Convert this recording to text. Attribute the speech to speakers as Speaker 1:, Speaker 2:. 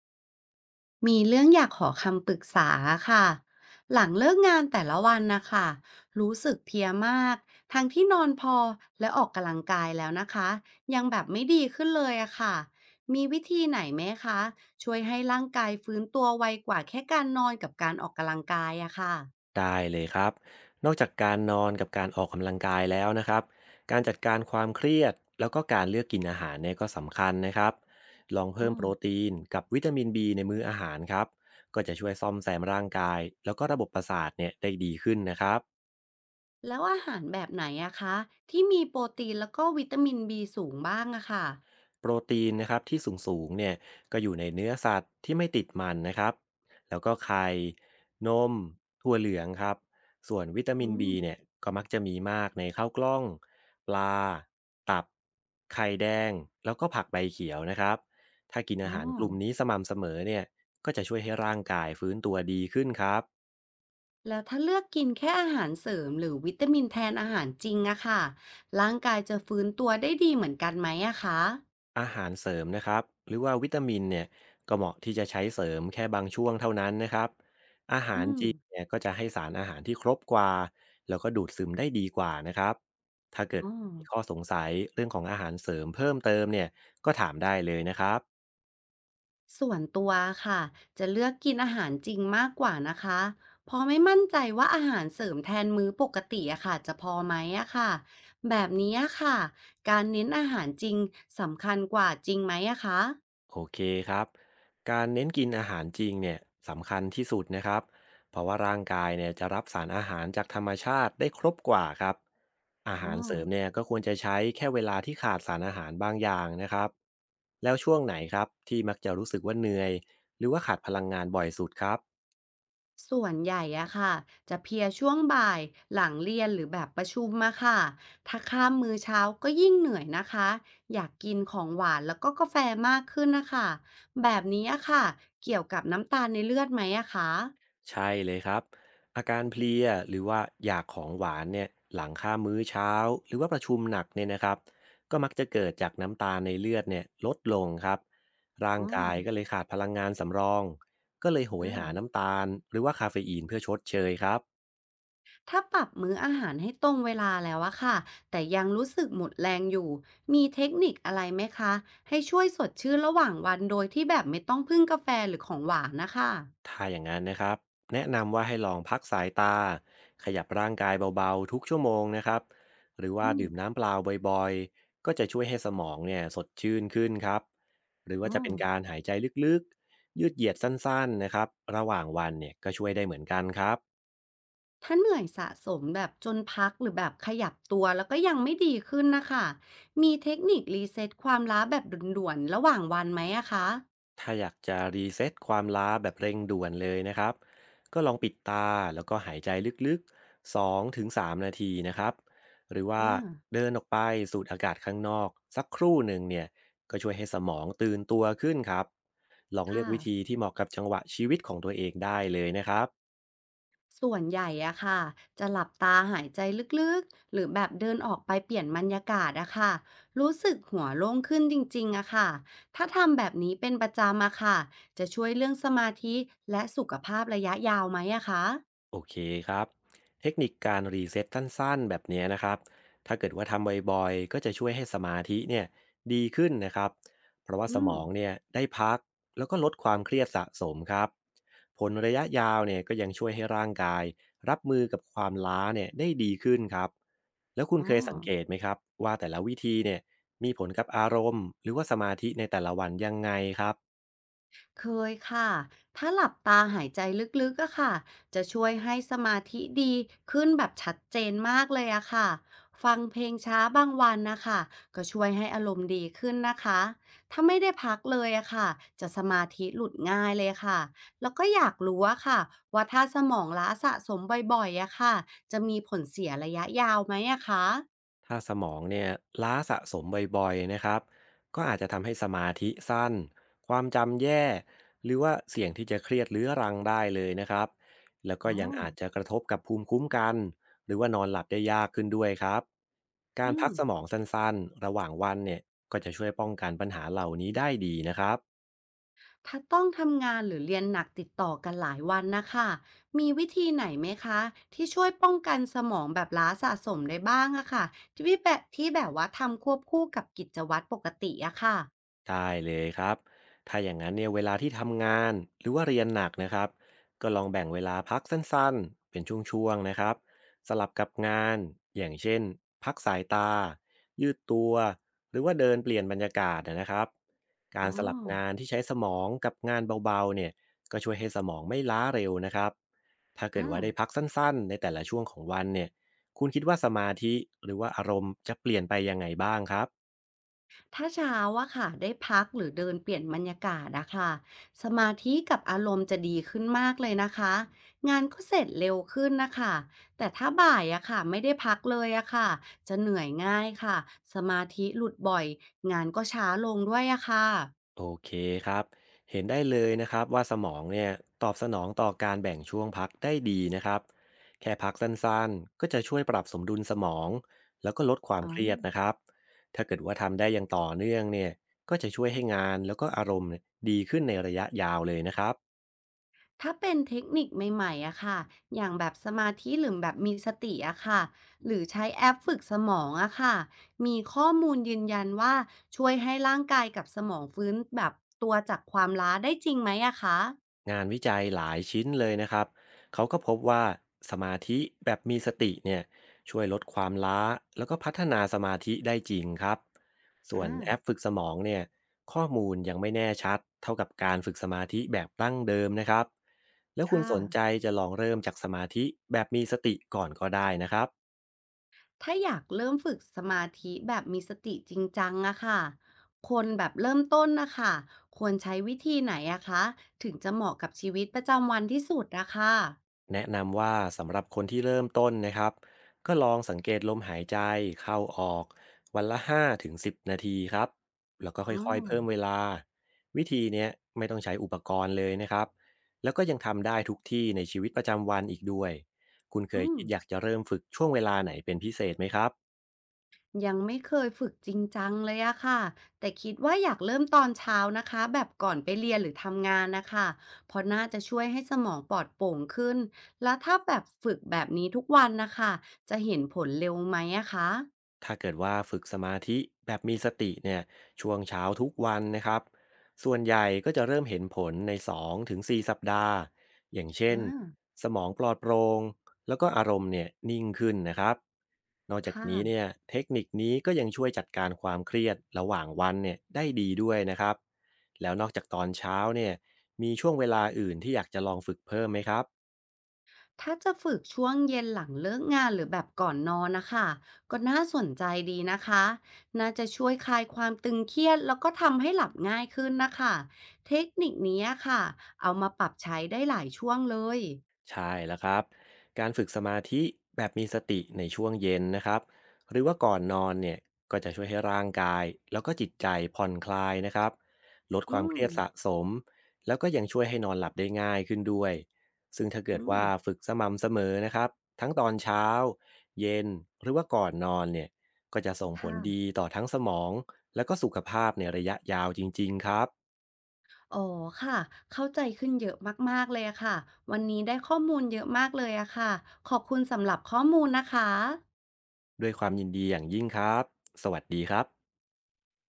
Speaker 1: มีเรื่องอยากขอคำปรึกษาค่ะหลังเลิกงานแต่ละวันนะคะรู้สึกเพลียมากทั้งที่นอนพอและออกกำลังกายแล้วนะคะยังแบบไม่ดีขึ้นเลยอะค่ะมีวิธีไหนไหมคะช่วยให้ร่างกายฟื้นตัวไวกว่าแค่การนอนกับการออกกำลังกายอะค่ะ
Speaker 2: ได้เลยครับ นอกจากการนอนกับการออกกำลังกายแล้วนะครับการจัดการความเครียดแล้วก็การเลือกกินอาหารเนี่ยก็สำคัญนะครับ ลองเพิ่
Speaker 1: อ๋อ
Speaker 2: มโปรตีนกับวิตามิน B ในมื้ออาหารครับก็จะช่วยซ่อมแซมร่างกายแล้วก็ระบบประสาทเนี่ยได้ดีขึ้นนะครับ
Speaker 1: แล้วอาหารแบบไหนอะคะที่มีโปรตีนแล้วก็วิตามิน B สูงบ้างอะค่ะ
Speaker 2: โปรตีนนะครับที่สูงๆเนี่ยก็อยู่ในเนื้อสัตว์ที่ไม่ติดมันนะครับแล้วก็ไข่นมถั่วเหลืองครับส่วนวิตามิ
Speaker 1: อื
Speaker 2: น B
Speaker 1: ม
Speaker 2: เนี่ยก็มักจะมีมากในข้าวกล้องปลาตับไข่แดงแล้วก็ผักใบเขียวนะครับถ้ากินอา
Speaker 1: อ๋อ
Speaker 2: หารกลุ่มนี้สม่ำเสมอเนี่ยก็จะช่วยให้ร่างกายฟื้นตัวดีขึ้นครับ
Speaker 1: แล้วถ้าเลือกกินแค่อาหารเสริมหรือวิตามินแทนอาหารจริงอะค่ะร่างกายจะฟื้นตัวได้ดีเหมือนกันไหมอะคะ
Speaker 2: อาหารเสริมนะครับหรือว่าวิตามินเนี่ยก็เหมาะที่จะใช้เสริมแค่บางช่วงเท่านั้นนะครับอาหา
Speaker 1: อื
Speaker 2: ร
Speaker 1: ม
Speaker 2: จริงเนี่ยก็จะให้สารอาหารที่ครบกว่าแล้วก็ดูดซึมได้ดีกว่านะครับถ้าเกิด
Speaker 1: อ๋อ
Speaker 2: มีข้อสงสัยเรื่องของอาหารเสริมเพิ่มเติมเนี่ยก็ถามได้เลยนะครับ
Speaker 1: ส่วนตัวค่ะจะเลือกกินอาหารจริงมากกว่านะคะเพราะไม่มั่นใจว่าอาหารเสริมแทนมื้อปกติอะค่ะจะพอไหมอะค่ะแบบนี้อะค่ะการเน้นอาหารจริงสำคัญกว่าจริงไหมอะคะ
Speaker 2: โอเคครับ การเน้นกินอาหารจริงเนี่ยสำคัญที่สุดนะครับเพราะว่าร่างกายเนี่ยจะรับสารอาหารจากธรรมชาติได้ครบกว่าครับอา
Speaker 1: อ๋อ
Speaker 2: หารเสริมเนี่ยก็ควรจะใช้แค่เวลาที่ขาดสารอาหารบางอย่างนะครับแล้วช่วงไหนครับที่มักจะรู้สึกว่าเหนื่อยหรือว่าขาดพลังงานบ่อยสุดครับ
Speaker 1: ส่วนใหญ่อะค่ะจะเพลียช่วงบ่ายหลังเรียนหรือแบบประชุมมาค่ะถ้าข้ามมื้อเช้าก็ยิ่งเหนื่อยนะคะอยากกินของหวานแล้วก็กาแฟมากขึ้นนะคะแบบนี้อะค่ะเกี่ยวกับน้ำตาลในเลือดไหมอะคะ
Speaker 2: ใช่เลยครับอาการเพลียหรือว่าอยากของหวานเนี่ยหลังค่ามื้อเช้าหรือว่าประชุมหนักเนี่ยนะครับก็มักจะเกิดจากน้ำตาลในเลือดเนี่ยลดลงครับร่าง
Speaker 1: อ๋อ
Speaker 2: กายก็เลยขาดพลังงานสำรองก็เลยโหยหา
Speaker 1: อ่า
Speaker 2: น้ำตาลหรือว่าคาเฟอีนเพื่อชดเชยครับ
Speaker 1: ถ้าปรับมื้ออาหารให้ตรงเวลาแล้วอะค่ะแต่ยังรู้สึกหมดแรงอยู่มีเทคนิคอะไรไหมคะให้ช่วยสดชื่นระหว่างวันโดยที่แบบไม่ต้องพึ่งกาแฟหรือของหวานนะคะ
Speaker 2: ถ้าอย่างนั้นนะครับแนะนำว่าให้ลองพักสายตาขยับร่างกายเบาๆทุกชั่วโมงนะครับหรือว่า
Speaker 1: อืม
Speaker 2: ดื่มน้ำเปล่าบ่อยๆก็จะช่วยให้สมองเนี่ยสดชื่นขึ้นครับหรือว่า
Speaker 1: อ๋อ
Speaker 2: จะเป็นการหายใจลึกๆยืดเหยียดสั้นๆนะครับระหว่างวันเนี่ยก็ช่วยได้เหมือนกันครับ
Speaker 1: ถ้าเหนื่อยสะสมแบบจนพักหรือแบบขยับตัวแล้วก็ยังไม่ดีขึ้นนะคะมีเทคนิครีเซ็ตความล้าแบบด่วนๆระหว่างวันไหมอะคะ
Speaker 2: ถ้าอยากจะรีเซ็ตความล้าแบบเร่งด่วนเลยนะครับก็ลองปิดตาแล้วก็หายใจลึกๆ2ถึง3นาทีนะครับหรือว่า
Speaker 1: อ่า
Speaker 2: เดินออกไปสูดอากาศข้างนอกสักครู่หนึ่งเนี่ยก็ช่วยให้สมองตื่นตัวขึ้นครับลองเลือก
Speaker 1: ค่ะ
Speaker 2: วิธีที่เหมาะกับจังหวะชีวิตของตัวเองได้เลยนะครับ
Speaker 1: ส่วนใหญ่อะค่ะจะหลับตาหายใจลึกๆหรือแบบเดินออกไปเปลี่ยนบรรยากาศอะค่ะรู้สึกหัวโล่งขึ้นจริงๆอะค่ะถ้าทำแบบนี้เป็นประจำอะค่ะจะช่วยเรื่องสมาธิและสุขภาพระยะยาวไหมอะคะ
Speaker 2: โอเคครับเทคนิคการรีเซ็ตสั้นๆแบบเนี้ยนะครับถ้าเกิดว่าทำบ่อยๆก็จะช่วยให้สมาธิเนี่ยดีขึ้นนะครับเพราะว่าส
Speaker 1: อื
Speaker 2: ม
Speaker 1: ม
Speaker 2: องเนี่ยได้พักแล้วก็ลดความเครียดสะสมครับผลระยะยาวเนี่ยก็ยังช่วยให้ร่างกายรับมือกับความล้าเนี่ยได้ดีขึ้นครับแล้วคุณ
Speaker 1: อ๋อ
Speaker 2: เคยสังเกตไหมครับว่าแต่ละวิธีเนี่ยมีผลกับอารมณ์หรือว่าสมาธิในแต่ละวันยังไงครับ
Speaker 1: เคยค่ะ ถ้าหลับตาหายใจลึกๆอะค่ะจะช่วยให้สมาธิดีขึ้นแบบชัดเจนมากเลยอะค่ะฟังเพลงช้าบางวันนะคะก็ช่วยให้อารมณ์ดีขึ้นนะคะถ้าไม่ได้พักเลยอะค่ะจะสมาธิหลุดง่ายเลยค่ะแล้วก็อยากรู้อะค่ะว่าถ้าสมองล้าสะสมบ่อยๆอะค่ะจะมีผลเสียระยะยาวไหมอะคะ
Speaker 2: ถ้าสมองเนี่ยล้าสะสมบ่อยๆนะครับก็อาจจะทำให้สมาธิสั้นความจำแย่หรือว่าเสี่ยงที่จะเครียดเรื้อรังได้เลยนะครับแล้วก็
Speaker 1: อ๋อ
Speaker 2: ยังอาจจะกระทบกับภูมิคุ้มกันหรือว่านอนหลับได้ยากขึ้นด้วยครับกา
Speaker 1: อื
Speaker 2: รพั
Speaker 1: ม
Speaker 2: กสมองสั้นๆระหว่างวันเนี่ยก็จะช่วยป้องกันปัญหาเหล่านี้ได้ดีนะครับ
Speaker 1: ถ้าต้องทำงานหรือเรียนหนักติดต่อกันหลายวันนะคะ มีวิธีไหนไหมคะที่ช่วยป้องกันสมองแบบล้าสะสมได้บ้างอะค่ะที่แบบว่าทำควบคู่กับกิจวัตรปกติอะค่ะ
Speaker 2: ได้เลยครับถ้าอย่างนั้นเนี่ยเวลาที่ทำงานหรือว่าเรียนหนักนะครับก็ลองแบ่งเวลาพักสั้นๆเป็นช่วงๆนะครับสลับกับงานอย่างเช่นพักสายตายืดตัวหรือว่าเดินเปลี่ยนบรรยากาศนะครับกา
Speaker 1: อ๋
Speaker 2: ร
Speaker 1: อ
Speaker 2: สลับงานที่ใช้สมองกับงานเบาๆเนี่ยก็ช่วยให้สมองไม่ล้าเร็วนะครับถ้าเกิด
Speaker 1: อ่า
Speaker 2: ว่าได้พักสั้นๆในแต่ละช่วงของวันเนี่ยคุณคิดว่าสมาธิหรือว่าอารมณ์จะเปลี่ยนไปยังไงบ้างครับ
Speaker 1: ถ้าเช้าอะค่ะได้พักหรือเดินเปลี่ยนบรรยากาศนะคะสมาธิกับอารมณ์จะดีขึ้นมากเลยนะคะงานก็เสร็จเร็วขึ้นนะคะแต่ถ้าบ่ายอะค่ะไม่ได้พักเลยอะค่ะจะเหนื่อยง่ายค่ะสมาธิหลุดบ่อยงานก็ช้าลงด้วยอะค่ะ
Speaker 2: โอเคครับ เห็นได้เลยนะครับว่าสมองเนี่ยตอบสนองต่อการแบ่งช่วงพักได้ดีนะครับ แค่พักสั้นๆ ก็จะช่วยปรับสมดุลสมองแล้วก็ลดความ
Speaker 1: อ๋อ
Speaker 2: เครียดนะครับ ถ้าเกิดว่าทำได้อย่างต่อเนื่องเนี่ยก็จะช่วยให้งานแล้วก็อารมณ์เนี่ยดีขึ้นในระยะยาวเลยนะครับ
Speaker 1: ถ้าเป็นเทคนิคใหม่ๆอะค่ะอย่างแบบสมาธิหรือแบบมีสติอะค่ะหรือใช้แอปฝึกสมองอะค่ะมีข้อมูลยืนยันว่าช่วยให้ร่างกายกับสมองฟื้นแบบตัวจากความล้าได้จริงไหมอะคะ
Speaker 2: งานวิจัยหลายชิ้นเลยนะครับ เขาก็พบว่าสมาธิแบบมีสติเนี่ยช่วยลดความล้าแล้วก็พัฒนาสมาธิได้จริงครับส่วน
Speaker 1: อา
Speaker 2: แอปฝึกสมองเนี่ยข้อมูลยังไม่แน่ชัดเท่ากับการฝึกสมาธิแบบตั้งเดิมนะครับแล้วคุณ
Speaker 1: ค่ะ
Speaker 2: สนใจจะลองเริ่มจากสมาธิแบบมีสติก่อนก็ได้นะครับ
Speaker 1: ถ้าอยากเริ่มฝึกสมาธิแบบมีสติจริงจังอะค่ะคนแบบเริ่มต้นนะคะควรใช้วิธีไหนอะคะถึงจะเหมาะกับชีวิตประจำวันที่สุดอะค่ะ
Speaker 2: แนะนำว่าสำหรับคนที่เริ่มต้นนะครับก็ลองสังเกตลมหายใจเข้าออกวันละ5ถึง10นาทีครับแล้วก็
Speaker 1: อ๋อ
Speaker 2: ค่อยๆเพิ่มเวลาวิธีเนี้ยไม่ต้องใช้อุปกรณ์เลยนะครับแล้วก็ยังทำได้ทุกที่ในชีวิตประจำวันอีกด้วยคุณเคย
Speaker 1: อืม
Speaker 2: คิดอยากจะเริ่มฝึกช่วงเวลาไหนเป็นพิเศษไหมครับ
Speaker 1: ยังไม่เคยฝึกจริงจังเลยอะค่ะแต่คิดว่าอยากเริ่มตอนเช้านะคะแบบก่อนไปเรียนหรือทำงานนะคะเพราะน่าจะช่วยให้สมองปลอดโปร่งขึ้นแล้วถ้าแบบฝึกแบบนี้ทุกวันนะคะจะเห็นผลเร็วไหมอะคะ
Speaker 2: ถ้าเกิดว่าฝึกสมาธิแบบมีสติเนี่ยช่วงเช้าทุกวันนะครับส่วนใหญ่ก็จะเริ่มเห็นผลใน2-4สสัปดาห์อย่างเช่
Speaker 1: อ่
Speaker 2: น
Speaker 1: า
Speaker 2: สมองปลอดโปร่งแล้วก็อารมณ์เนี่ยนิ่งขึ้นนะครับนอก
Speaker 1: ค
Speaker 2: จากนี้เนี่
Speaker 1: ่ะ
Speaker 2: ยเทคนิคนี้ก็ยังช่วยจัดการความเครียดระหว่างวันเนี่ยได้ดีด้วยนะครับแล้วนอกจากตอนเช้าเนี่ยมีช่วงเวลาอื่นที่อยากจะลองฝึกเพิ่มไหมครับ
Speaker 1: ถ้าจะฝึกช่วงเย็นหลังเลิกงานหรือแบบก่อนนอนนะคะก็น่าสนใจดีนะคะน่าจะช่วยคลายความตึงเครียดแล้วก็ทำให้หลับง่ายขึ้นนะคะเทคนิคนี้ค่ะเอามาปรับใช้ได้หลายช่วงเลย
Speaker 2: ใช่แล้วครับการฝึกสมาธิแบบมีสติในช่วงเย็นนะครับหรือว่าก่อนนอนเนี่ยก็จะช่วยให้ร่างกายแล้วก็จิตใจผ่อนคลายนะครับลดค
Speaker 1: อื
Speaker 2: วามเค
Speaker 1: ม
Speaker 2: รียดสะสมแล้วก็ยังช่วยให้นอนหลับได้ง่ายขึ้นด้วยซึ่งถ้าเกิ
Speaker 1: อื
Speaker 2: ด
Speaker 1: ม
Speaker 2: ว่าฝึกสม่ำเสมอนะครับทั้งตอนเช้าเย็นหรือว่าก่อนนอนเนี่ยก็จะส่งผล
Speaker 1: ค่ะ
Speaker 2: ดีต่อทั้งสมองแล้วก็สุขภาพในระยะยาวจริงๆครับ
Speaker 1: อ๋อค่ะเข้าใจขึ้นเยอะมากๆเลยอะค่ะวันนี้ได้ข้อมูลเยอะมากเลยอะค่ะขอบคุณสำหรับข้อมูลนะคะ
Speaker 2: ด้วยความยินดีอย่างยิ่งครับสวัสดีครับ